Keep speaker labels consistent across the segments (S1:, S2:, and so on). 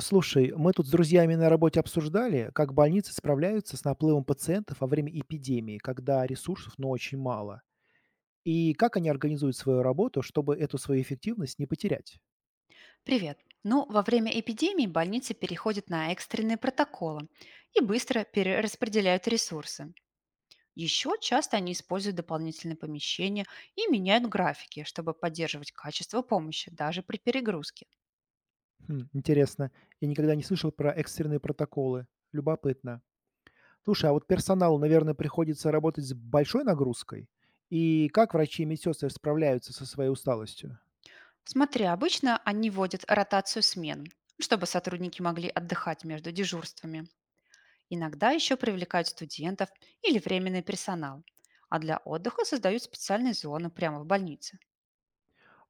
S1: Слушай, мы тут с друзьями на работе обсуждали, как больницы справляются с наплывом пациентов во время эпидемии, когда ресурсов, но очень мало. И как они организуют свою работу, чтобы эту свою эффективность не потерять?
S2: Привет. Ну, во время эпидемии больницы переходят на экстренные протоколы и быстро перераспределяют ресурсы. Еще часто они используют дополнительные помещения и меняют графики, чтобы поддерживать качество помощи даже при перегрузке.
S1: Хм, интересно. Я никогда не слышал про экстренные протоколы. Любопытно. Слушай, а вот персоналу, наверное, приходится работать с большой нагрузкой? И как врачи и медсестры справляются со своей усталостью?
S2: Смотри, обычно они вводят ротацию смен, чтобы сотрудники могли отдыхать между дежурствами. Иногда еще привлекают студентов или временный персонал, а для отдыха создают специальные зоны прямо в больнице.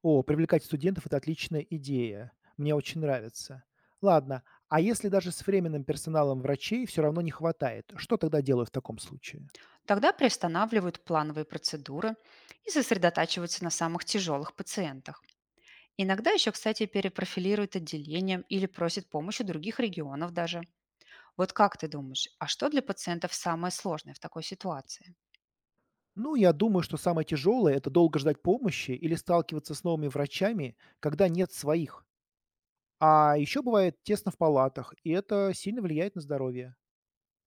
S1: О, привлекать студентов– это отличная идея. Мне очень нравится. Ладно, а если даже с временным персоналом врачей все равно не хватает, что тогда делают в таком случае?
S2: Тогда приостанавливают плановые процедуры и сосредотачиваются на самых тяжелых пациентах. Иногда еще, кстати, перепрофилируют отделением или просят помощи других регионов даже. Вот как ты думаешь, а что для пациентов самое сложное в такой ситуации?
S1: Ну, я думаю, что самое тяжелое– это долго ждать помощи или сталкиваться с новыми врачами, когда нет своих. А еще бывает тесно в палатах, и это сильно влияет на здоровье.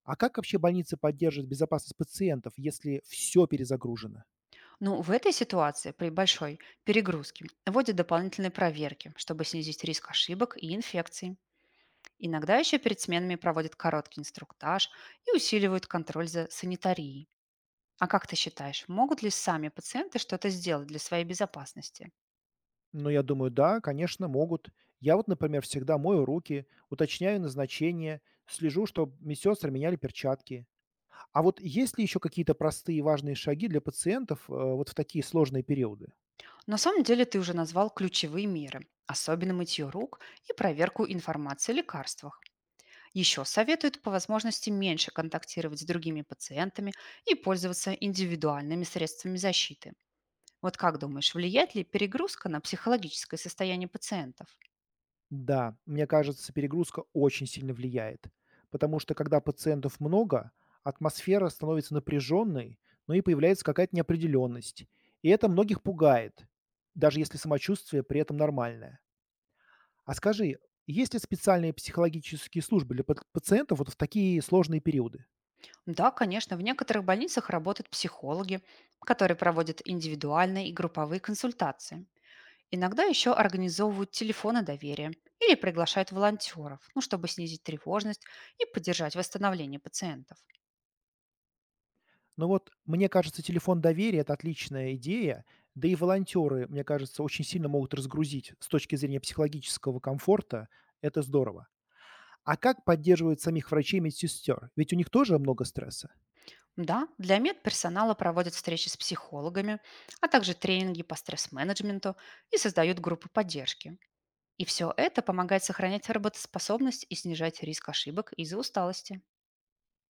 S1: А как вообще больницы поддерживают безопасность пациентов, если все перезагружено?
S2: Ну, в этой ситуации при большой перегрузке вводят дополнительные проверки, чтобы снизить риск ошибок и инфекций. Иногда еще перед сменами проводят короткий инструктаж и усиливают контроль за санитарией. А как ты считаешь, могут ли сами пациенты что-то сделать для своей безопасности?
S1: Ну, я думаю, да, конечно, могут. Я вот, например, всегда мою руки, уточняю назначение, слежу, чтобы медсестры меняли перчатки. А вот есть ли еще какие-то простые важные шаги для пациентов, вот в такие сложные периоды?
S2: На самом деле ты уже назвал ключевые меры, особенно мытье рук и проверку информации о лекарствах. Еще советуют по возможности меньше контактировать с другими пациентами и пользоваться индивидуальными средствами защиты. Вот как думаешь, влияет ли перегрузка на психологическое состояние пациентов?
S1: Да, мне кажется, перегрузка очень сильно влияет, потому что когда пациентов много, атмосфера становится напряженной, но и появляется какая-то неопределенность. И это многих пугает, даже если самочувствие при этом нормальное. А скажи, есть ли специальные психологические службы для пациентов вот в такие сложные периоды?
S2: Да, конечно, в некоторых больницах работают психологи, которые проводят индивидуальные и групповые консультации. Иногда еще организовывают телефоны доверия или приглашают волонтеров, ну, чтобы снизить тревожность и поддержать восстановление пациентов.
S1: Ну вот, мне кажется, телефон доверия– это отличная идея, да и волонтеры, мне кажется, очень сильно могут разгрузить с точки зрения психологического комфорта. Это здорово. А как поддерживают самих врачей и медсестер? Ведь у них тоже много стресса.
S2: Да, для медперсонала проводят встречи с психологами, а также тренинги по стресс-менеджменту и создают группы поддержки. И все это помогает сохранять работоспособность и снижать риск ошибок из-за усталости.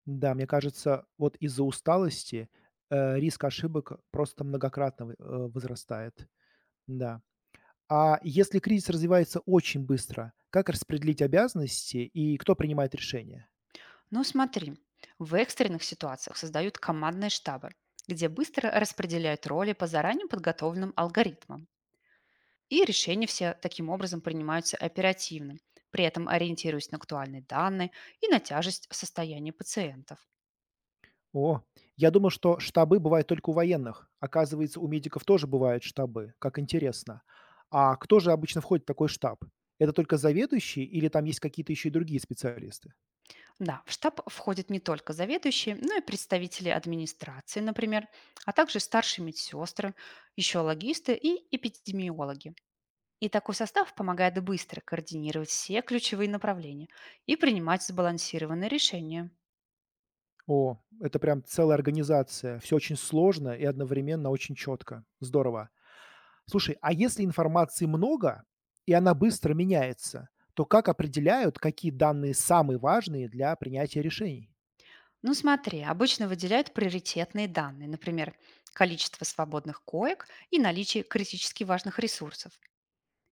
S1: Да, мне кажется, вот из-за усталости, риск ошибок просто многократно возрастает. Да. А если кризис развивается очень быстро, как распределить обязанности и кто принимает решения?
S2: Но смотри, в экстренных ситуациях создают командные штабы, где быстро распределяют роли по заранее подготовленным алгоритмам. И решения все таким образом принимаются оперативно, при этом ориентируясь на актуальные данные и на тяжесть состояния пациентов.
S1: О, я думал, что штабы бывают только у военных. Оказывается, у медиков тоже бывают штабы. Как интересно. А кто же обычно входит в такой штаб? Это только заведующий или там есть какие-то еще и другие специалисты?
S2: Да, в штаб входят не только заведующие, но и представители администрации, например, а также старшие медсестры, еще логисты и эпидемиологи. И такой состав помогает быстро координировать все ключевые направления и принимать сбалансированные решения.
S1: О, это прям целая организация. Все очень сложно и одновременно очень четко. Здорово. Слушай, а если информации много и она быстро меняется, то как определяют, какие данные самые важные для принятия решений?
S2: Ну смотри, обычно выделяют приоритетные данные, например, количество свободных коек и наличие критически важных ресурсов.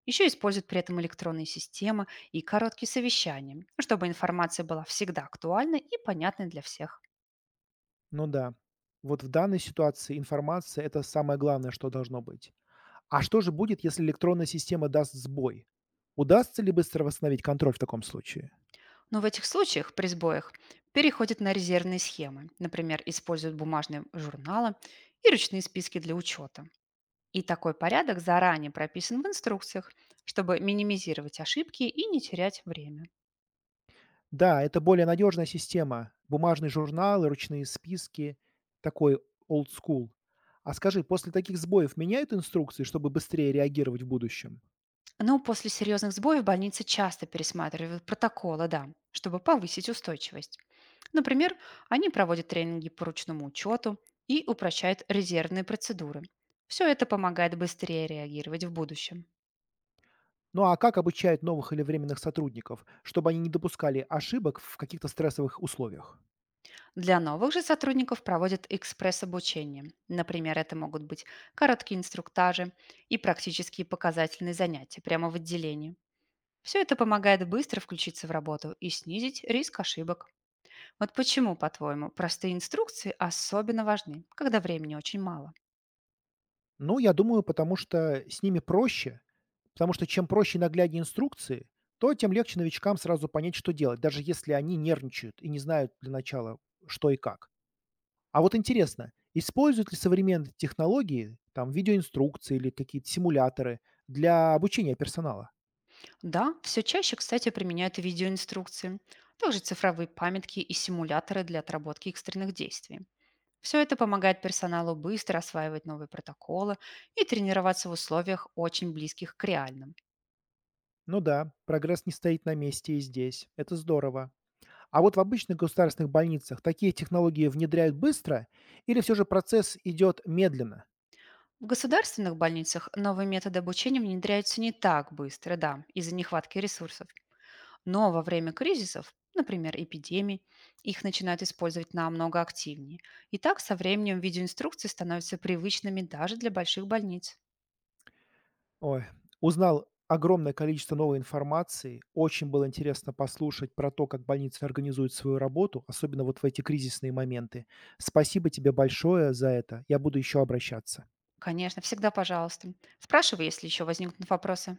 S2: Еще используют при этом электронные системы и короткие совещания, ну, чтобы информация была всегда актуальной и понятной для всех.
S1: Ну да, вот в данной ситуации информация– это самое главное, что должно быть. А что же будет, если электронная система даст сбой? Удастся ли быстро восстановить контроль в таком случае?
S2: Но в этих случаях при сбоях переходят на резервные схемы, например, используют бумажные журналы и ручные списки для учета. И такой порядок заранее прописан в инструкциях, чтобы минимизировать ошибки и не терять время.
S1: Да, это более надежная система. Бумажные журналы, ручные списки, такой old school. А скажи, после таких сбоев меняют инструкции, чтобы быстрее реагировать в будущем?
S2: Но после серьезных сбоев больницы часто пересматривают протоколы, да, чтобы повысить устойчивость. Например, они проводят тренинги по ручному учету и упрощают резервные процедуры. Все это помогает быстрее реагировать в будущем.
S1: Ну, а как обучают новых или временных сотрудников, чтобы они не допускали ошибок в каких-то стрессовых условиях?
S2: Для новых же сотрудников проводят экспресс-обучение. Например, это могут быть короткие инструктажи и практические показательные занятия прямо в отделении. Все это помогает быстро включиться в работу и снизить риск ошибок. Вот почему, по-твоему, простые инструкции особенно важны, когда времени очень мало?
S1: Ну, я думаю, потому что с ними проще, потому что чем проще и нагляднее инструкции, то тем легче новичкам сразу понять, что делать, даже если они нервничают и не знают для начала, что и как. А вот интересно, используют ли современные технологии, там, видеоинструкции или какие-то симуляторы для обучения персонала?
S2: Да, все чаще, кстати, применяют и видеоинструкции, также цифровые памятки и симуляторы для отработки экстренных действий. Все это помогает персоналу быстро осваивать новые протоколы и тренироваться в условиях, очень близких к реальным.
S1: Ну да, прогресс не стоит на месте и здесь. Это здорово. А вот в обычных государственных больницах такие технологии внедряют быстро или все же процесс идет медленно?
S2: В государственных больницах новые методы обучения внедряются не так быстро, да, из-за нехватки ресурсов. Но во время кризисов, например, эпидемий, их начинают использовать намного активнее. И так со временем видеоинструкции становятся привычными даже для больших больниц.
S1: Ой, узнал огромное количество новой информации. Очень было интересно послушать про то, как больницы организуют свою работу, особенно вот в эти кризисные моменты. Спасибо тебе большое за это. Я буду еще обращаться.
S2: Конечно, всегда пожалуйста. Спрашивай, если еще возникнут вопросы.